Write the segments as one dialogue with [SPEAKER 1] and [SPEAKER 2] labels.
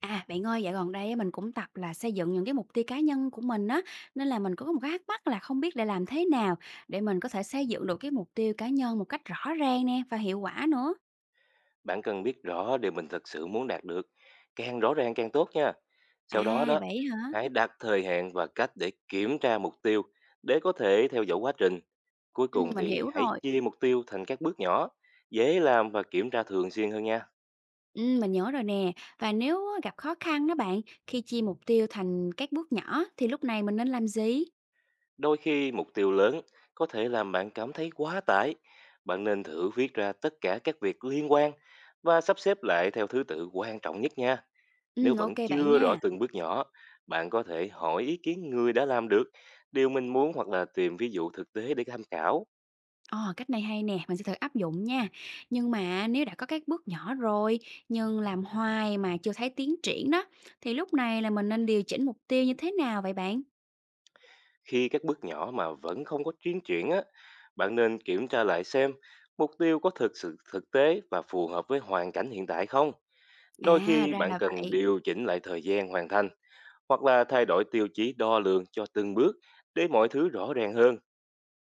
[SPEAKER 1] À, bạn ơi, dạo gần đây á, mình cũng tập là xây dựng những cái mục tiêu cá nhân của mình á, nên là mình cũng có một cái thắc mắc là không biết để làm thế nào để mình có thể xây dựng được cái mục tiêu cá nhân một cách rõ ràng nè và hiệu quả nữa.
[SPEAKER 2] Bạn cần biết rõ điều mình thực sự muốn đạt được, càng rõ ràng càng tốt nha. Sau đó
[SPEAKER 1] À,
[SPEAKER 2] đó,
[SPEAKER 1] vậy hả?
[SPEAKER 2] hãy đặt thời hạn và cách để kiểm tra mục tiêu để có thể theo dõi quá trình. Cuối
[SPEAKER 1] Ừ,
[SPEAKER 2] cùng
[SPEAKER 1] mình
[SPEAKER 2] thì
[SPEAKER 1] hiểu
[SPEAKER 2] hãy
[SPEAKER 1] rồi.
[SPEAKER 2] chia mục tiêu thành các bước nhỏ, dễ làm và kiểm tra thường xuyên hơn nha.
[SPEAKER 1] Ừ, mình nhớ rồi nè. Và nếu á, gặp khó khăn đó bạn, khi chia mục tiêu thành các bước nhỏ thì lúc này mình nên làm gì?
[SPEAKER 2] Đôi khi mục tiêu lớn có thể làm bạn cảm thấy quá tải. Bạn nên thử viết ra tất cả các việc liên quan và sắp xếp lại theo thứ tự quan trọng nhất nha. Nếu
[SPEAKER 1] Ừ, ok
[SPEAKER 2] vẫn
[SPEAKER 1] bạn
[SPEAKER 2] chưa rõ
[SPEAKER 1] nha.
[SPEAKER 2] từng bước nhỏ, bạn có thể hỏi ý kiến người đã làm được điều mình muốn hoặc là tìm ví dụ thực tế để tham khảo.
[SPEAKER 1] Ờ, cách này hay nè, mình sẽ thử áp dụng nha. Nhưng mà nếu đã có các bước nhỏ rồi, nhưng làm hoài mà chưa thấy tiến triển đó, thì lúc này là mình nên điều chỉnh mục tiêu như thế nào vậy bạn?
[SPEAKER 2] Khi các bước nhỏ mà vẫn không có tiến triển á, bạn nên kiểm tra lại xem mục tiêu có thực sự thực tế và phù hợp với hoàn cảnh hiện tại không. Đôi
[SPEAKER 1] À,
[SPEAKER 2] khi
[SPEAKER 1] ra
[SPEAKER 2] bạn
[SPEAKER 1] là
[SPEAKER 2] cần
[SPEAKER 1] vậy.
[SPEAKER 2] điều chỉnh lại thời gian hoàn thành hoặc là thay đổi tiêu chí đo lường cho từng bước để mọi thứ rõ ràng hơn.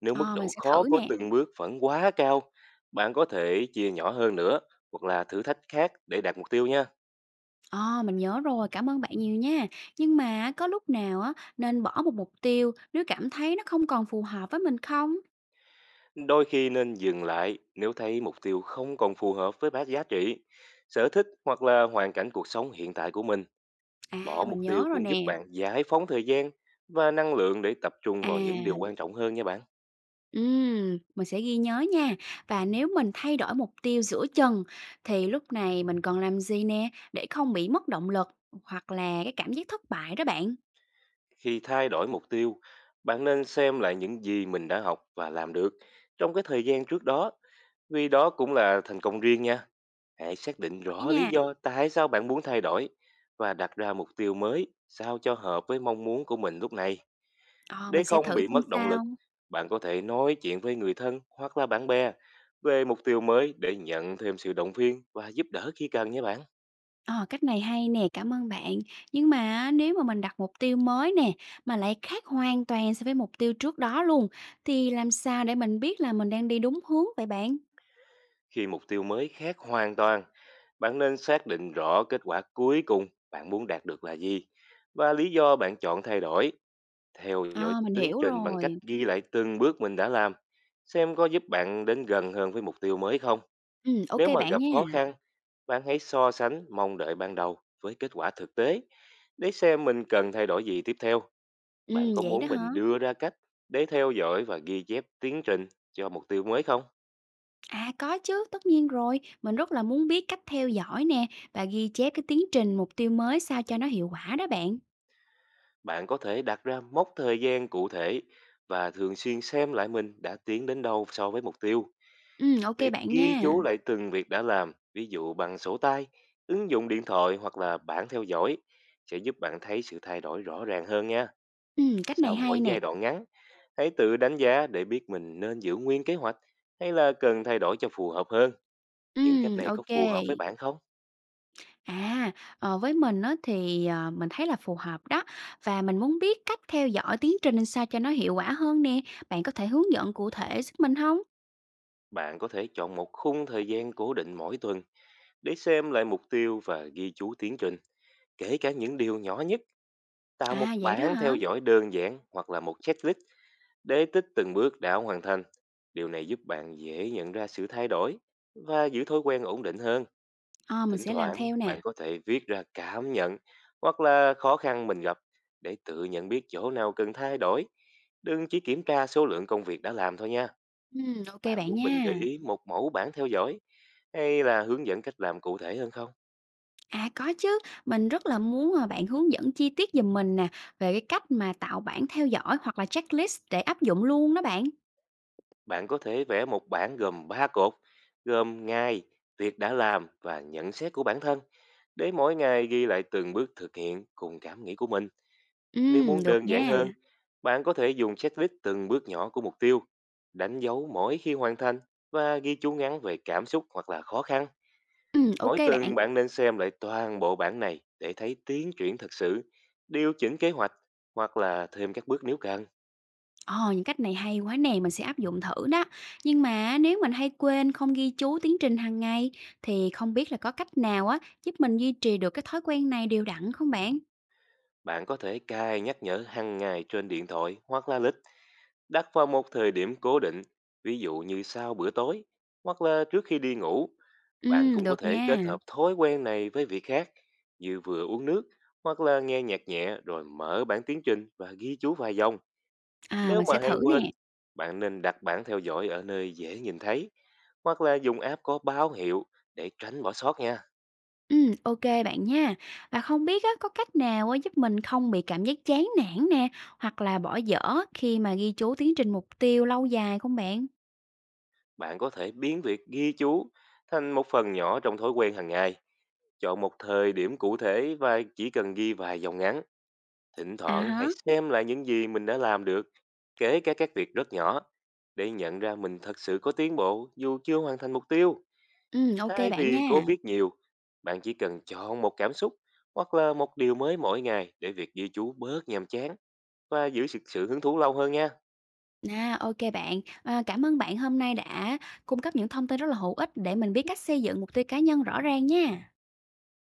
[SPEAKER 2] Nếu mức
[SPEAKER 1] Ờ, mình
[SPEAKER 2] độ
[SPEAKER 1] sẽ
[SPEAKER 2] khó
[SPEAKER 1] thử
[SPEAKER 2] của
[SPEAKER 1] nè.
[SPEAKER 2] từng bước vẫn quá cao, bạn có thể chia nhỏ hơn nữa hoặc là thử thách khác để đạt mục tiêu nha.
[SPEAKER 1] Ờ, mình nhớ rồi, cảm ơn bạn nhiều nha. Nhưng mà có lúc nào á, nên bỏ một mục tiêu nếu cảm thấy nó không còn phù hợp với mình không?
[SPEAKER 2] Đôi khi nên dừng lại nếu thấy mục tiêu không còn phù hợp với bác giá trị, sở thích hoặc là hoàn cảnh cuộc sống hiện tại của mình.
[SPEAKER 1] À,
[SPEAKER 2] Bỏ mục
[SPEAKER 1] mình
[SPEAKER 2] tiêu
[SPEAKER 1] nhớ rồi
[SPEAKER 2] cũng giúp
[SPEAKER 1] nè.
[SPEAKER 2] bạn giải phóng thời gian và năng lượng để tập trung vào những điều
[SPEAKER 1] À.
[SPEAKER 2] quan trọng hơn nha bạn.
[SPEAKER 1] Mình sẽ ghi nhớ nha. Và nếu mình thay đổi mục tiêu giữa chừng thì lúc này mình còn làm gì nè để không bị mất động lực hoặc là cái cảm giác thất bại đó bạn.
[SPEAKER 2] Khi thay đổi mục tiêu, bạn nên xem lại những gì mình đã học và làm được trong cái thời gian trước đó, vì đó cũng là thành công riêng nha. Hãy xác định
[SPEAKER 1] Vậy
[SPEAKER 2] rõ lý
[SPEAKER 1] nha.
[SPEAKER 2] do tại sao bạn muốn thay đổi và đặt ra mục tiêu mới sao cho hợp với mong muốn của mình lúc này.
[SPEAKER 1] Ờ,
[SPEAKER 2] Để
[SPEAKER 1] mình sẽ
[SPEAKER 2] không
[SPEAKER 1] thử
[SPEAKER 2] bị
[SPEAKER 1] xem
[SPEAKER 2] mất động lực,
[SPEAKER 1] sao.
[SPEAKER 2] bạn có thể nói chuyện với người thân hoặc là bạn bè về mục tiêu mới để nhận thêm sự động viên và giúp đỡ khi cần nhé bạn.
[SPEAKER 1] Ờ, cách này hay nè, cảm ơn bạn. Nhưng mà nếu mà mình đặt mục tiêu mới nè mà lại khác hoàn toàn so với mục tiêu trước đó luôn thì làm sao để mình biết là mình đang đi đúng hướng vậy bạn?
[SPEAKER 2] Khi mục tiêu mới khác hoàn toàn, bạn nên xác định rõ kết quả cuối cùng bạn muốn đạt được là gì và lý do bạn chọn thay đổi. Theo dõi
[SPEAKER 1] Ờ, mình
[SPEAKER 2] tiến
[SPEAKER 1] hiểu
[SPEAKER 2] trình bằng cách
[SPEAKER 1] rồi.
[SPEAKER 2] ghi lại từng bước mình đã làm, xem có giúp bạn đến gần hơn với mục tiêu mới không.
[SPEAKER 1] Ừ, ok
[SPEAKER 2] Nếu mà
[SPEAKER 1] bạn
[SPEAKER 2] gặp khó
[SPEAKER 1] nha.
[SPEAKER 2] khăn, bạn hãy so sánh mong đợi ban đầu với kết quả thực tế để xem mình cần thay đổi gì tiếp theo. Bạn
[SPEAKER 1] Ừ,
[SPEAKER 2] có
[SPEAKER 1] vậy đó
[SPEAKER 2] muốn
[SPEAKER 1] hả?
[SPEAKER 2] mình đưa ra cách để theo dõi và ghi chép tiến trình cho mục tiêu mới không?
[SPEAKER 1] À, có chứ, tất nhiên rồi. Mình rất là muốn biết cách theo dõi nè và ghi chép cái tiến trình mục tiêu mới sao cho nó hiệu quả đó bạn.
[SPEAKER 2] Bạn có thể đặt ra mốc thời gian cụ thể và thường xuyên xem lại mình đã tiến đến đâu so với mục tiêu.
[SPEAKER 1] Ừ, ok
[SPEAKER 2] Việc
[SPEAKER 1] bạn
[SPEAKER 2] ghi
[SPEAKER 1] nha.
[SPEAKER 2] chú lại từng việc đã làm, ví dụ bằng sổ tay, ứng dụng điện thoại hoặc là bảng theo dõi, sẽ giúp bạn thấy sự thay đổi rõ ràng hơn nha.
[SPEAKER 1] Ừ, cách
[SPEAKER 2] Sau
[SPEAKER 1] này
[SPEAKER 2] mỗi
[SPEAKER 1] hay nè.
[SPEAKER 2] giai đoạn ngắn, hãy tự đánh giá để biết mình nên giữ nguyên kế hoạch hay là cần thay đổi cho phù hợp hơn.
[SPEAKER 1] Ừ,
[SPEAKER 2] Những cách này có
[SPEAKER 1] ok.
[SPEAKER 2] phù hợp với bạn không?
[SPEAKER 1] À, với mình á thì, mình thấy là phù hợp đó và mình muốn biết cách theo dõi tiến trình sao cho nó hiệu quả hơn nè. Bạn có thể hướng dẫn cụ thể giúp mình không?
[SPEAKER 2] Bạn có thể chọn một khung thời gian cố định mỗi tuần để xem lại mục tiêu và ghi chú tiến trình, kể cả những điều nhỏ nhất. Tạo một
[SPEAKER 1] À, vậy đó
[SPEAKER 2] bảng theo
[SPEAKER 1] hả?
[SPEAKER 2] dõi đơn giản hoặc là một checklist để tích từng bước đã hoàn thành, điều này giúp bạn dễ nhận ra sự thay đổi và giữ thói quen ổn định hơn.
[SPEAKER 1] Ờ, mình
[SPEAKER 2] Thỉnh
[SPEAKER 1] sẽ làm
[SPEAKER 2] thoảng
[SPEAKER 1] theo nè.
[SPEAKER 2] bạn có thể viết ra cảm nhận hoặc là khó khăn mình gặp để tự nhận biết chỗ nào cần thay đổi, đừng chỉ kiểm tra số lượng công việc đã làm thôi nha.
[SPEAKER 1] Ừ, ok
[SPEAKER 2] Bạn
[SPEAKER 1] bạn
[SPEAKER 2] muốn mình gợi
[SPEAKER 1] nha.
[SPEAKER 2] ý một mẫu bảng theo dõi hay là hướng dẫn cách làm cụ thể hơn không?
[SPEAKER 1] À, có chứ, mình rất là muốn, bạn hướng dẫn chi tiết giùm mình nè, về cái cách mà tạo bảng theo dõi hoặc là checklist để áp dụng luôn đó bạn.
[SPEAKER 2] Bạn có thể vẽ một bảng gồm 3 cột, gồm ngày, việc đã làm và nhận xét của bản thân. Để mỗi ngày ghi lại từng bước thực hiện cùng cảm nghĩ của mình. Nếu muốn
[SPEAKER 1] Được
[SPEAKER 2] đơn giản
[SPEAKER 1] nha.
[SPEAKER 2] hơn, bạn có thể dùng checklist từng bước nhỏ của mục tiêu, đánh dấu mỗi khi hoàn thành và ghi chú ngắn về cảm xúc hoặc là khó khăn.
[SPEAKER 1] Ok
[SPEAKER 2] Mỗi tuần
[SPEAKER 1] bạn.
[SPEAKER 2] bạn nên xem lại toàn bộ bản này để thấy tiến triển thật sự, điều chỉnh kế hoạch hoặc là thêm các bước nếu cần.
[SPEAKER 1] Ờ, những cách này hay quá nè, mình sẽ áp dụng thử đó. Nhưng mà nếu mình hay quên không ghi chú tiến trình hàng ngày, thì không biết là có cách nào á, giúp mình duy trì được cái thói quen này đều đặn không bạn?
[SPEAKER 2] Bạn có thể cài nhắc nhở hàng ngày trên điện thoại hoặc là lịch, đặt vào một thời điểm cố định, ví dụ như sau bữa tối hoặc là trước khi đi ngủ. Bạn cũng có
[SPEAKER 1] Được
[SPEAKER 2] thể
[SPEAKER 1] nha.
[SPEAKER 2] kết hợp thói quen này với việc khác, như vừa uống nước hoặc là nghe nhạc nhẹ rồi mở bản tiến trình và ghi chú vài dòng.
[SPEAKER 1] À,
[SPEAKER 2] Nếu
[SPEAKER 1] mình
[SPEAKER 2] mà
[SPEAKER 1] sẽ
[SPEAKER 2] hay
[SPEAKER 1] thử nè.
[SPEAKER 2] quên, bạn nên đặt bảng theo dõi ở nơi dễ nhìn thấy hoặc là dùng app có báo hiệu để tránh bỏ sót nha.
[SPEAKER 1] Ok bạn nha. Và không biết á, có cách nào á, giúp mình không bị cảm giác chán nản nè, hoặc là bỏ dở khi mà ghi chú tiến trình mục tiêu lâu dài không bạn?
[SPEAKER 2] Bạn có thể biến việc ghi chú thành một phần nhỏ trong thói quen hàng ngày. Chọn một thời điểm cụ thể và chỉ cần ghi vài dòng ngắn. Thỉnh
[SPEAKER 1] À
[SPEAKER 2] thoảng
[SPEAKER 1] hả
[SPEAKER 2] hãy xem lại những gì mình đã làm được, kể cả các việc rất nhỏ, để nhận ra mình thật sự có tiến bộ dù chưa hoàn thành mục tiêu.
[SPEAKER 1] ok
[SPEAKER 2] Thay
[SPEAKER 1] bạn
[SPEAKER 2] vì cố
[SPEAKER 1] nha.
[SPEAKER 2] viết nhiều, bạn chỉ cần chọn một cảm xúc hoặc là một điều mới mỗi ngày để việc ghi chú bớt nhàm chán và giữ sự hứng thú lâu hơn nha.
[SPEAKER 1] À, ok bạn. À, cảm ơn bạn hôm nay đã cung cấp những thông tin rất là hữu ích để mình biết cách xây dựng mục tiêu cá nhân rõ ràng nha.